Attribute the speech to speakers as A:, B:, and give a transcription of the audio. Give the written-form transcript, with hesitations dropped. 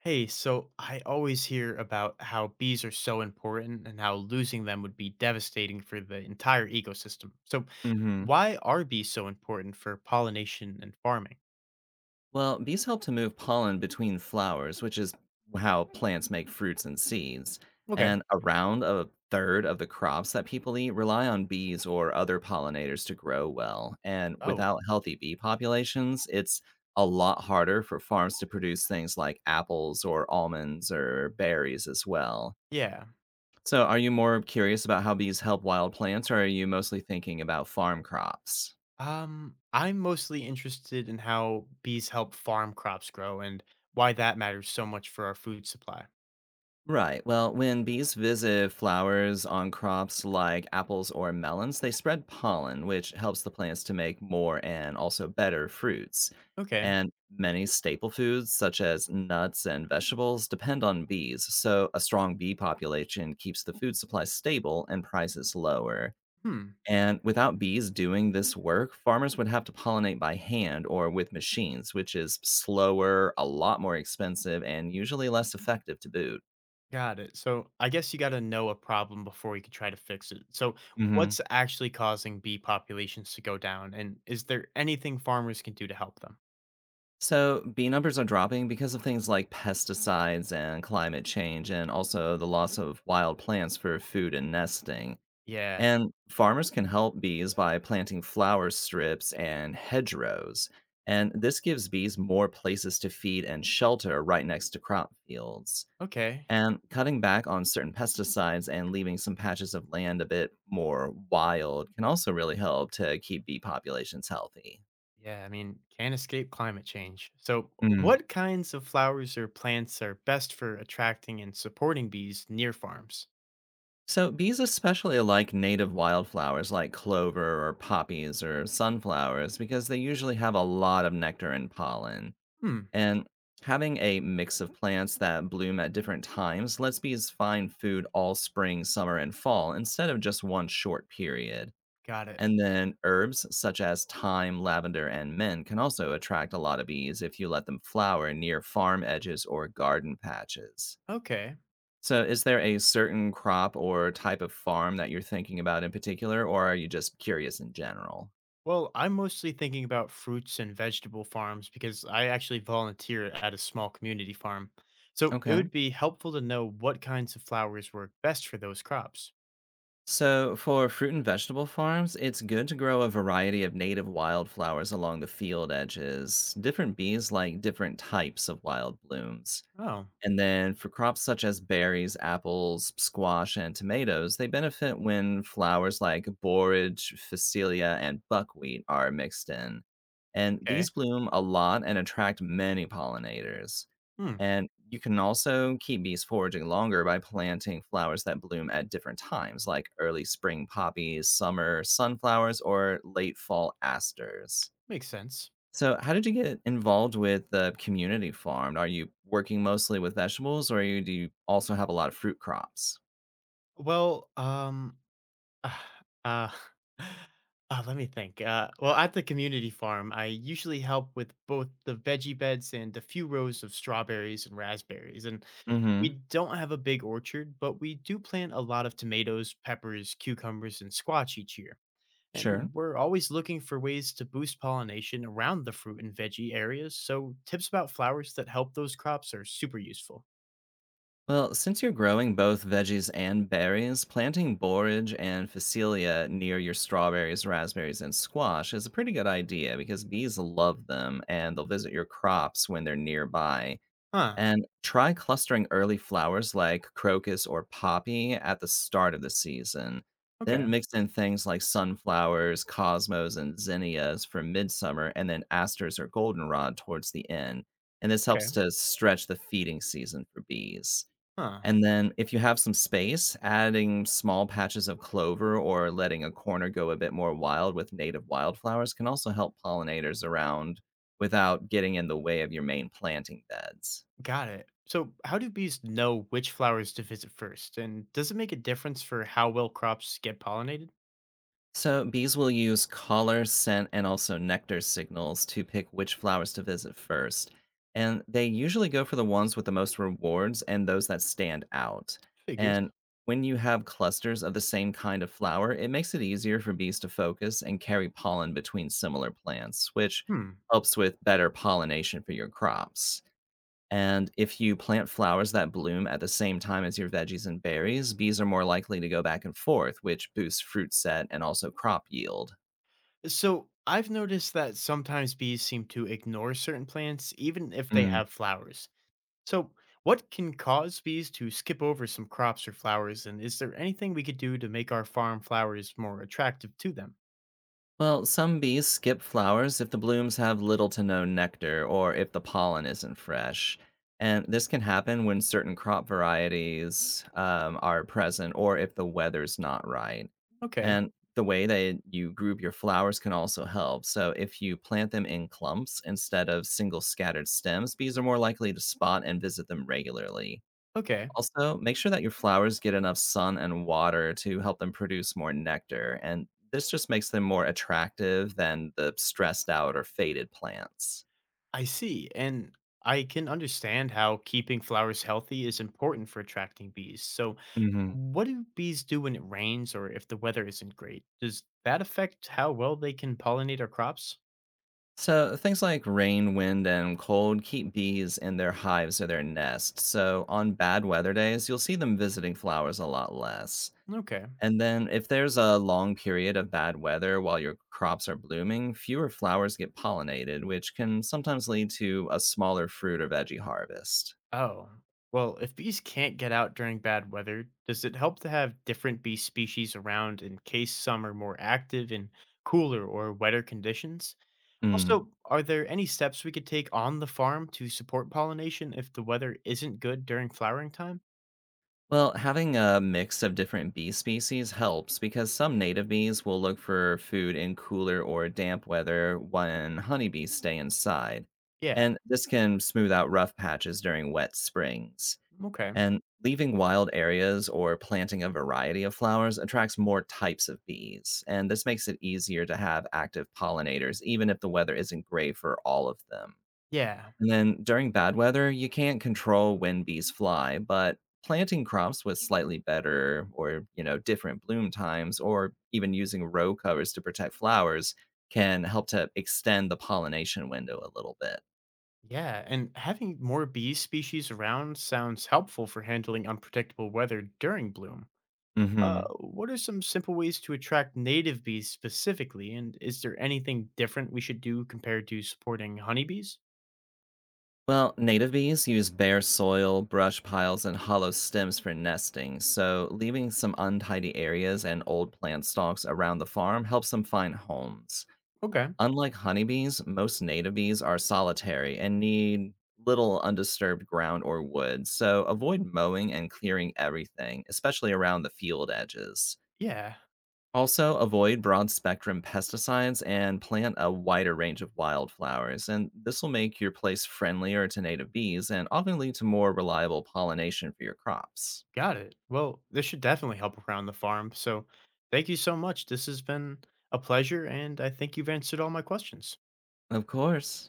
A: Hey, so I always hear about how bees are so important and how losing them would be devastating for the entire ecosystem. So,
B: Mhm.
A: why are bees so important for pollination and farming?
B: Well, bees help to move pollen between flowers, which is how plants make fruits and seeds.
A: Okay.
B: And around a third of the crops that people eat rely on bees or other pollinators to grow well. And
A: Oh,
B: without healthy bee populations, it's a lot harder for farms to produce things like apples or almonds or berries as well.
A: yeah.
B: So, are you more curious about how bees help wild plants, or are you mostly thinking about farm crops?
A: I'm mostly interested in how bees help farm crops grow and why that matters so much for our food supply.
B: Right. Well, when bees visit flowers on crops like apples or melons, they spread pollen, which helps the plants to make more and also better fruits.
A: Okay.
B: And many staple foods, such as nuts and vegetables, depend on bees. So a strong bee population keeps the food supply stable and prices lower.
A: Hmm.
B: And without bees doing this work, farmers would have to pollinate by hand or with machines, which is slower, a lot more expensive, and usually less effective to boot.
A: Got it. So I guess you got to know a problem before you can try to fix it. So what's actually causing bee populations to go down? And is there anything farmers can do to help them?
B: So, bee numbers are dropping because of things like pesticides and climate change, and also the loss of wild plants for food and nesting.
A: Yeah.
B: And farmers can help bees by planting flower strips and hedgerows. And this gives bees more places to feed and shelter right next to crop fields.
A: Okay.
B: And cutting back on certain pesticides and leaving some patches of land a bit more wild can also really help to keep bee populations healthy.
A: Yeah. I mean, can't escape climate change. So what kinds of flowers or plants are best for attracting and supporting bees near farms?
B: So bees especially like native wildflowers like clover or poppies or sunflowers because they usually have a lot of nectar and pollen.
A: Hmm.
B: And having a mix of plants that bloom at different times lets bees find food all spring, summer, and fall instead of just one short period.
A: Got it.
B: And then herbs such as thyme, lavender, and mint can also attract a lot of bees if you let them flower near farm edges or garden patches.
A: Okay.
B: So, is there a certain crop or type of farm that you're thinking about in particular, or are you just curious in general?
A: Well, I'm mostly thinking about fruits and vegetable farms because I actually volunteer at a small community farm. So it
B: Okay.
A: would be helpful to know what kinds of flowers work best for those crops.
B: So, for fruit and vegetable farms, it's good to grow a variety of native wildflowers along the field edges. Different bees like different types of wild blooms.
A: Oh,
B: And then for crops such as berries, apples, squash, and tomatoes, they benefit when flowers like borage, phacelia, and buckwheat are mixed in. And
A: okay.
B: these bloom a lot and attract many pollinators.
A: Hmm,
B: And you can also keep bees foraging longer by planting flowers that bloom at different times, like early spring poppies, summer sunflowers, or late fall asters.
A: makes sense.
B: So, how did you get involved with the community farm? Are you working mostly with vegetables, or you, do you also have a lot of fruit crops?
A: Well, uh, uh, let me think. Well, at the community farm, I usually help with both the veggie beds and a few rows of strawberries and raspberries. And
B: Mm-hmm.
A: we don't have a big orchard, but we do plant a lot of tomatoes, peppers, cucumbers, and squash each year.
B: Sure.
A: And we're always looking for ways to boost pollination around the fruit and veggie areas, so tips about flowers that help those crops are super useful.
B: Well, since you're growing both veggies and berries, planting borage and phacelia near your strawberries, raspberries, and squash is a pretty good idea because bees love them and they'll visit your crops when they're nearby.
A: Huh.
B: And try clustering early flowers like crocus or poppy at the start of the season.
A: Okay.
B: Then mix in things like sunflowers, cosmos, and zinnias for midsummer, and then asters or goldenrod towards the end. And this
A: Okay.
B: helps to stretch the feeding season for bees.
A: Huh.
B: And then, if you have some space, adding small patches of clover or letting a corner go a bit more wild with native wildflowers can also help pollinators around without getting in the way of your main planting beds.
A: Got it. So, how do bees know which flowers to visit first? And does it make a difference for how well crops get pollinated?
B: So bees will use color, scent, and also nectar signals to pick which flowers to visit first. And they usually go for the ones with the most rewards and those that stand out.
A: Figures.
B: And when you have clusters of the same kind of flower, it makes it easier for bees to focus and carry pollen between similar plants, which
A: Hmm.
B: helps with better pollination for your crops. And if you plant flowers that bloom at the same time as your veggies and berries, bees are more likely to go back and forth, which boosts fruit set and also crop yield.
A: So I've noticed that sometimes bees seem to ignore certain plants, even if they have flowers. So, what can cause bees to skip over some crops or flowers? And is there anything we could do to make our farm flowers more attractive to them?
B: Well, some bees skip flowers if the blooms have little to no nectar or if the pollen isn't fresh. And this can happen when certain crop varieties are present or if the weather's not right.
A: Okay,
B: And the way that you group your flowers can also help. So, if you plant them in clumps instead of single scattered stems, bees are more likely to spot and visit them regularly.
A: okay,
B: Also, make sure that your flowers get enough sun and water to help them produce more nectar, and this just makes them more attractive than the stressed out or faded plants.
A: I see. And I can understand how keeping flowers healthy is important for attracting bees. So,
B: Hmm.
A: what do bees do when it rains or if the weather isn't great? Does that affect how well they can pollinate our crops?
B: So, things like rain, wind, and cold keep bees in their hives or their nests. So, on bad weather days, you'll see them visiting flowers a lot less.
A: Okay.
B: And then, if there's a long period of bad weather while your crops are blooming, fewer flowers get pollinated, which can sometimes lead to a smaller fruit or veggie harvest.
A: Oh, well, if bees can't get out during bad weather, does it help to have different bee species around in case some are more active in cooler or wetter conditions?
B: Mm.
A: Also, are there any steps we could take on the farm to support pollination if the weather isn't good during flowering time?
B: Well, having a mix of different bee species helps because some native bees will look for food in cooler or damp weather when honeybees stay inside.
A: Yeah,
B: And this can smooth out rough patches during wet springs.
A: okay.
B: And leaving wild areas or planting a variety of flowers attracts more types of bees. And this makes it easier to have active pollinators, even if the weather isn't great for all of them.
A: Yeah,
B: And then during bad weather, you can't control when bees fly, but planting crops with slightly better or different bloom times or even using row covers to protect flowers can help to extend the pollination window a little bit.
A: yeah. And having more bee species around sounds helpful for handling unpredictable weather during bloom.
B: Hmm.
A: What are some simple ways to attract native bees specifically? And is there anything different we should do compared to supporting honeybees?
B: Well, native bees use bare soil, brush piles, and hollow stems for nesting, so leaving some untidy areas and old plant stalks around the farm helps them find homes.
A: Okay.
B: Unlike honeybees, most native bees are solitary and need little undisturbed ground or wood, so avoid mowing and clearing everything, especially around the field edges.
A: Yeah.
B: Also, avoid broad spectrum pesticides and plant a wider range of wildflowers, and this will make your place friendlier to native bees and often lead to more reliable pollination for your crops.
A: Got it. Well, this should definitely help around the farm. So thank you so much. This has been a pleasure. And I think you've answered all my questions.
B: Of course.